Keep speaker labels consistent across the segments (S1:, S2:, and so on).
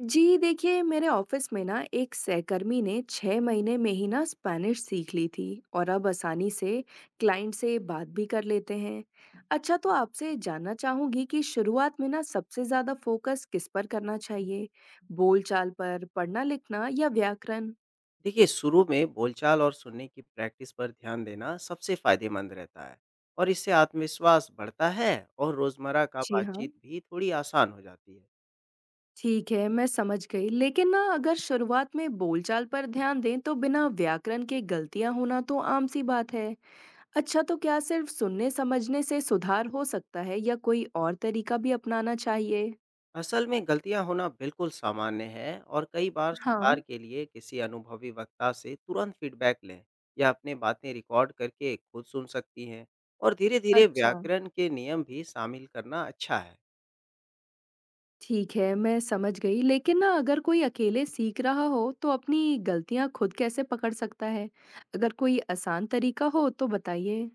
S1: जी देखिए, मेरे ऑफिस में ना एक सहकर्मी ने 6 महीने में ही ना स्पैनिश सीख ली थी और अब आसानी से क्लाइंट से बात भी कर लेते हैं। अच्छा, तो आपसे जानना चाहूंगी कि शुरुआत में ना सबसे ज्यादा फोकस किस पर करना चाहिए। बोलचाल पर, पढ़ना लिखना या व्याकरण।
S2: देखिए, शुरू में बोलचाल और सुनने की प्रैक्टिस पर ध्यान देना सबसे फायदेमंद रहता है। और इससे आत्मविश्वास बढ़ता है। और रोजमर्रा का
S1: जी हाँ।
S2: बातचीत भी थोड़ी आसान हो जाती है।
S1: ठीक है, मैं समझ गई। लेकिन ना अगर शुरुआत में बोलचाल पर ध्यान दें तो बिना व्याकरण के गलतियां होना तो आम सी बात है। अच्छा, तो क्या सिर्फ सुनने-समझने से सुधार हो सकता है या कोई और तरीका भी अपनाना चाहिए?
S2: असल में गलतियां होना बिल्कुल सामान्य है और कई बार
S1: हाँ।
S2: सुधार के लिए किसी अनुभवी वक्ता से तुरंत फीडबैक लें या अपने बातें रिकॉर्ड करके खुद सुन सकती हैं। और धीरे धीरे
S1: अच्छा।
S2: व्याकरण के नियम भी शामिल करना अच्छा है।
S1: ठीक है, मैं समझ गई। लेकिन ना अगर कोई अकेले सीख रहा हो, तो अपनी गलतियाँ खुद कैसे पकड़ सकता है? अगर कोई आसान तरीका हो तो बताइए।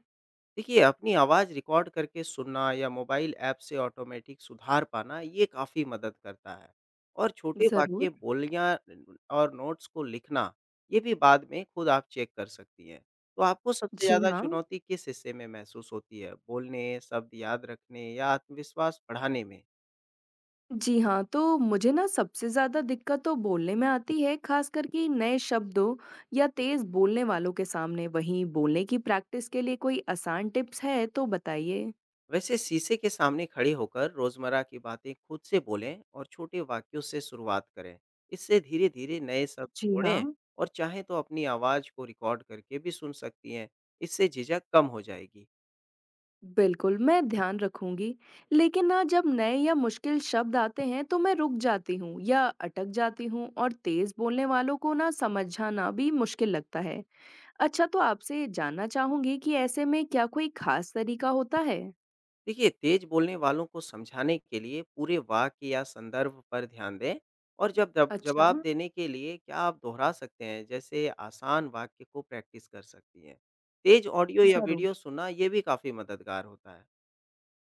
S2: देखिए, अपनी आवाज़ रिकॉर्ड करके सुनना या मोबाइल ऐप से ऑटोमेटिक सुधार पाना, ये काफ़ी मदद करता है। और छोटे वाक्य,
S1: ज़रूर।
S2: बोलियाँ और नोट्स को लिखना, ये भी बाद में खुद आप चेक कर सकती हैं। तो आपको सबसे
S1: जी
S2: ज़्यादा
S1: हाँ।
S2: चुनौती किस हिस्से में महसूस होती है? बोलने, शब्द याद रखने या आत्मविश्वास बढ़ाने में?
S1: जी हाँ, तो मुझे ना सबसे ज़्यादा दिक्कत तो बोलने में आती है, खासकर कि नए शब्दों या तेज़ बोलने वालों के सामने। वहीं बोलने की प्रैक्टिस के लिए कोई आसान टिप्स है तो बताइए।
S2: वैसे शीशे के सामने खड़े होकर रोजमर्रा की बातें खुद से बोलें और छोटे वाक्यों से शुरुआत करें। इससे धीरे धीरे नए शब्द
S1: जी
S2: छोड़ें।
S1: हाँ।
S2: और चाहें तो अपनी आवाज़ को रिकॉर्ड करके भी सुन सकती हैं। इससे झिझक कम हो जाएगी।
S1: बिल्कुल, मैं ध्यान रखूँगी। लेकिन ना जब नए या मुश्किल शब्द आते हैं तो मैं रुक जाती हूँ या अटक जाती हूँ, और तेज़ बोलने वालों को ना समझाना भी मुश्किल लगता है। अच्छा, तो आपसे जानना चाहूँगी कि ऐसे में क्या कोई ख़ास तरीका होता है?
S2: देखिए, तेज बोलने वालों को समझाने के लिए पूरे वाक्य या संदर्भ पर ध्यान दें। और जब जब
S1: अच्छा।
S2: जवाब देने के लिए क्या आप दोहरा सकते हैं जैसे आसान वाक्य को प्रैक्टिस कर सकती हैं। तेज ऑडियो या
S1: ज़रूर।
S2: वीडियो सुनना ये भी काफ़ी मददगार होता है।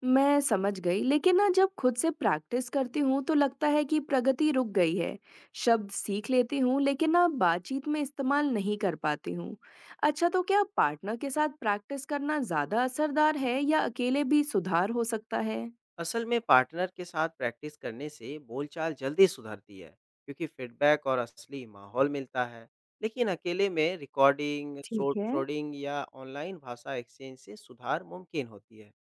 S1: मैं समझ गई, लेकिन ना जब खुद से प्रैक्टिस करती हूँ तो लगता है कि प्रगति रुक गई है। शब्द सीख लेती हूँ, लेकिन ना बातचीत में इस्तेमाल नहीं कर पाती हूँ। अच्छा, तो क्या पार्टनर के साथ प्रैक्टिस करना ज़्यादा असरदार है या अकेले भी सुधार हो सकता है?
S2: असल में पार्टनर के साथ प्रैक्टिस करने से बोलचाल जल्दी सुधरती है, क्योंकि फीडबैक और असली माहौल मिलता है। लेकिन अकेले में रिकॉर्डिंग,
S1: ठीक है।
S2: शोडिंग या ऑनलाइन भाषा एक्सचेंज से सुधार मुमकिन होती है।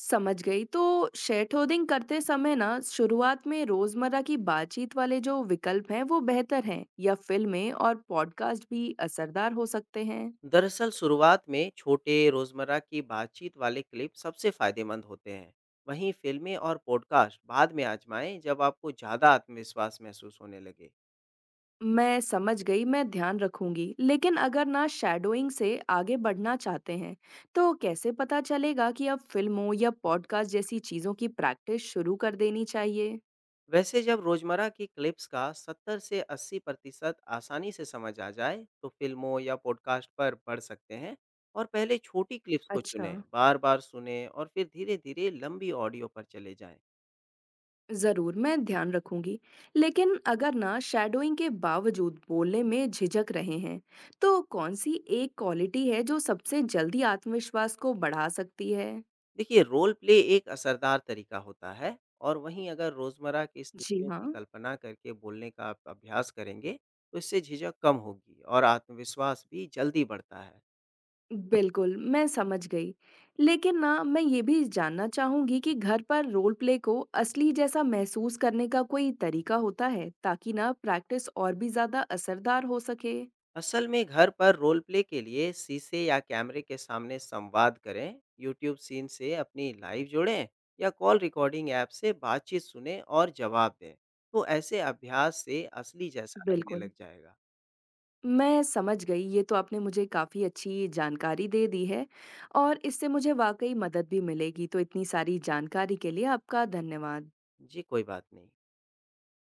S1: समझ गई, तो शेट होर्डिंग करते समय ना शुरुआत में रोजमर्रा की बातचीत वाले जो विकल्प हैं वो बेहतर हैं या फिल्में और पॉडकास्ट भी असरदार हो सकते हैं।
S2: दरअसल शुरुआत में छोटे रोजमर्रा की बातचीत वाले क्लिप सबसे फायदेमंद होते हैं। वहीं फिल्में और पॉडकास्ट बाद में आजमाएं जब आपको ज़्यादा आत्मविश्वास महसूस होने लगे।
S1: मैं समझ गई, मैं ध्यान रखूंगी। लेकिन अगर ना शैडोइंग से आगे बढ़ना चाहते हैं, तो कैसे पता चलेगा कि अब फिल्मों या पॉडकास्ट जैसी चीज़ों की प्रैक्टिस शुरू कर देनी चाहिए?
S2: वैसे जब रोजमर्रा की क्लिप्स का 70 से 80% आसानी से समझ आ जाए तो फिल्मों या पॉडकास्ट पर पढ़ सकते हैं। और पहले छोटी क्लिप्स को
S1: अच्छा।
S2: चुनें, बार बार सुने और फिर धीरे धीरे लंबी ऑडियो पर चले जाएं।
S1: ज़रूर, मैं ध्यान रखूंगी। लेकिन अगर ना शैडोइंग के बावजूद बोलने में झिझक रहे हैं, तो कौन सी एक क्वालिटी है जो सबसे जल्दी आत्मविश्वास को बढ़ा सकती है?
S2: देखिए, रोल प्ले एक असरदार तरीका होता है। और वहीं अगर रोजमर्रा की
S1: जी
S2: स्थितियों
S1: हाँ।
S2: की कल्पना करके बोलने का आप अभ्यास करेंगे तो इससे झिझक कम होगी और आत्मविश्वास भी जल्दी बढ़ता है।
S1: बिल्कुल, मैं समझ गई। लेकिन ना मैं ये भी जानना चाहूँगी कि घर पर रोल प्ले को असली जैसा महसूस करने का कोई तरीका होता है ताकि ना प्रैक्टिस और भी ज़्यादा असरदार हो सके?
S2: असल में घर पर रोल प्ले के लिए शीशे या कैमरे के सामने संवाद करें। यूट्यूब सीन से अपनी लाइव जोड़ें या कॉल रिकॉर्डिंग ऐप से बातचीत सुने और जवाब दें। तो ऐसे अभ्यास से असली जैसा लगने
S1: बिल्कुल।
S2: लग जाएगा।
S1: मैं समझ गई, ये तो आपने मुझे काफ़ी अच्छी जानकारी दे दी है और इससे मुझे वाक़ई मदद भी मिलेगी, तो इतनी सारी जानकारी के लिए आपका धन्यवाद।
S2: जी कोई बात नहीं।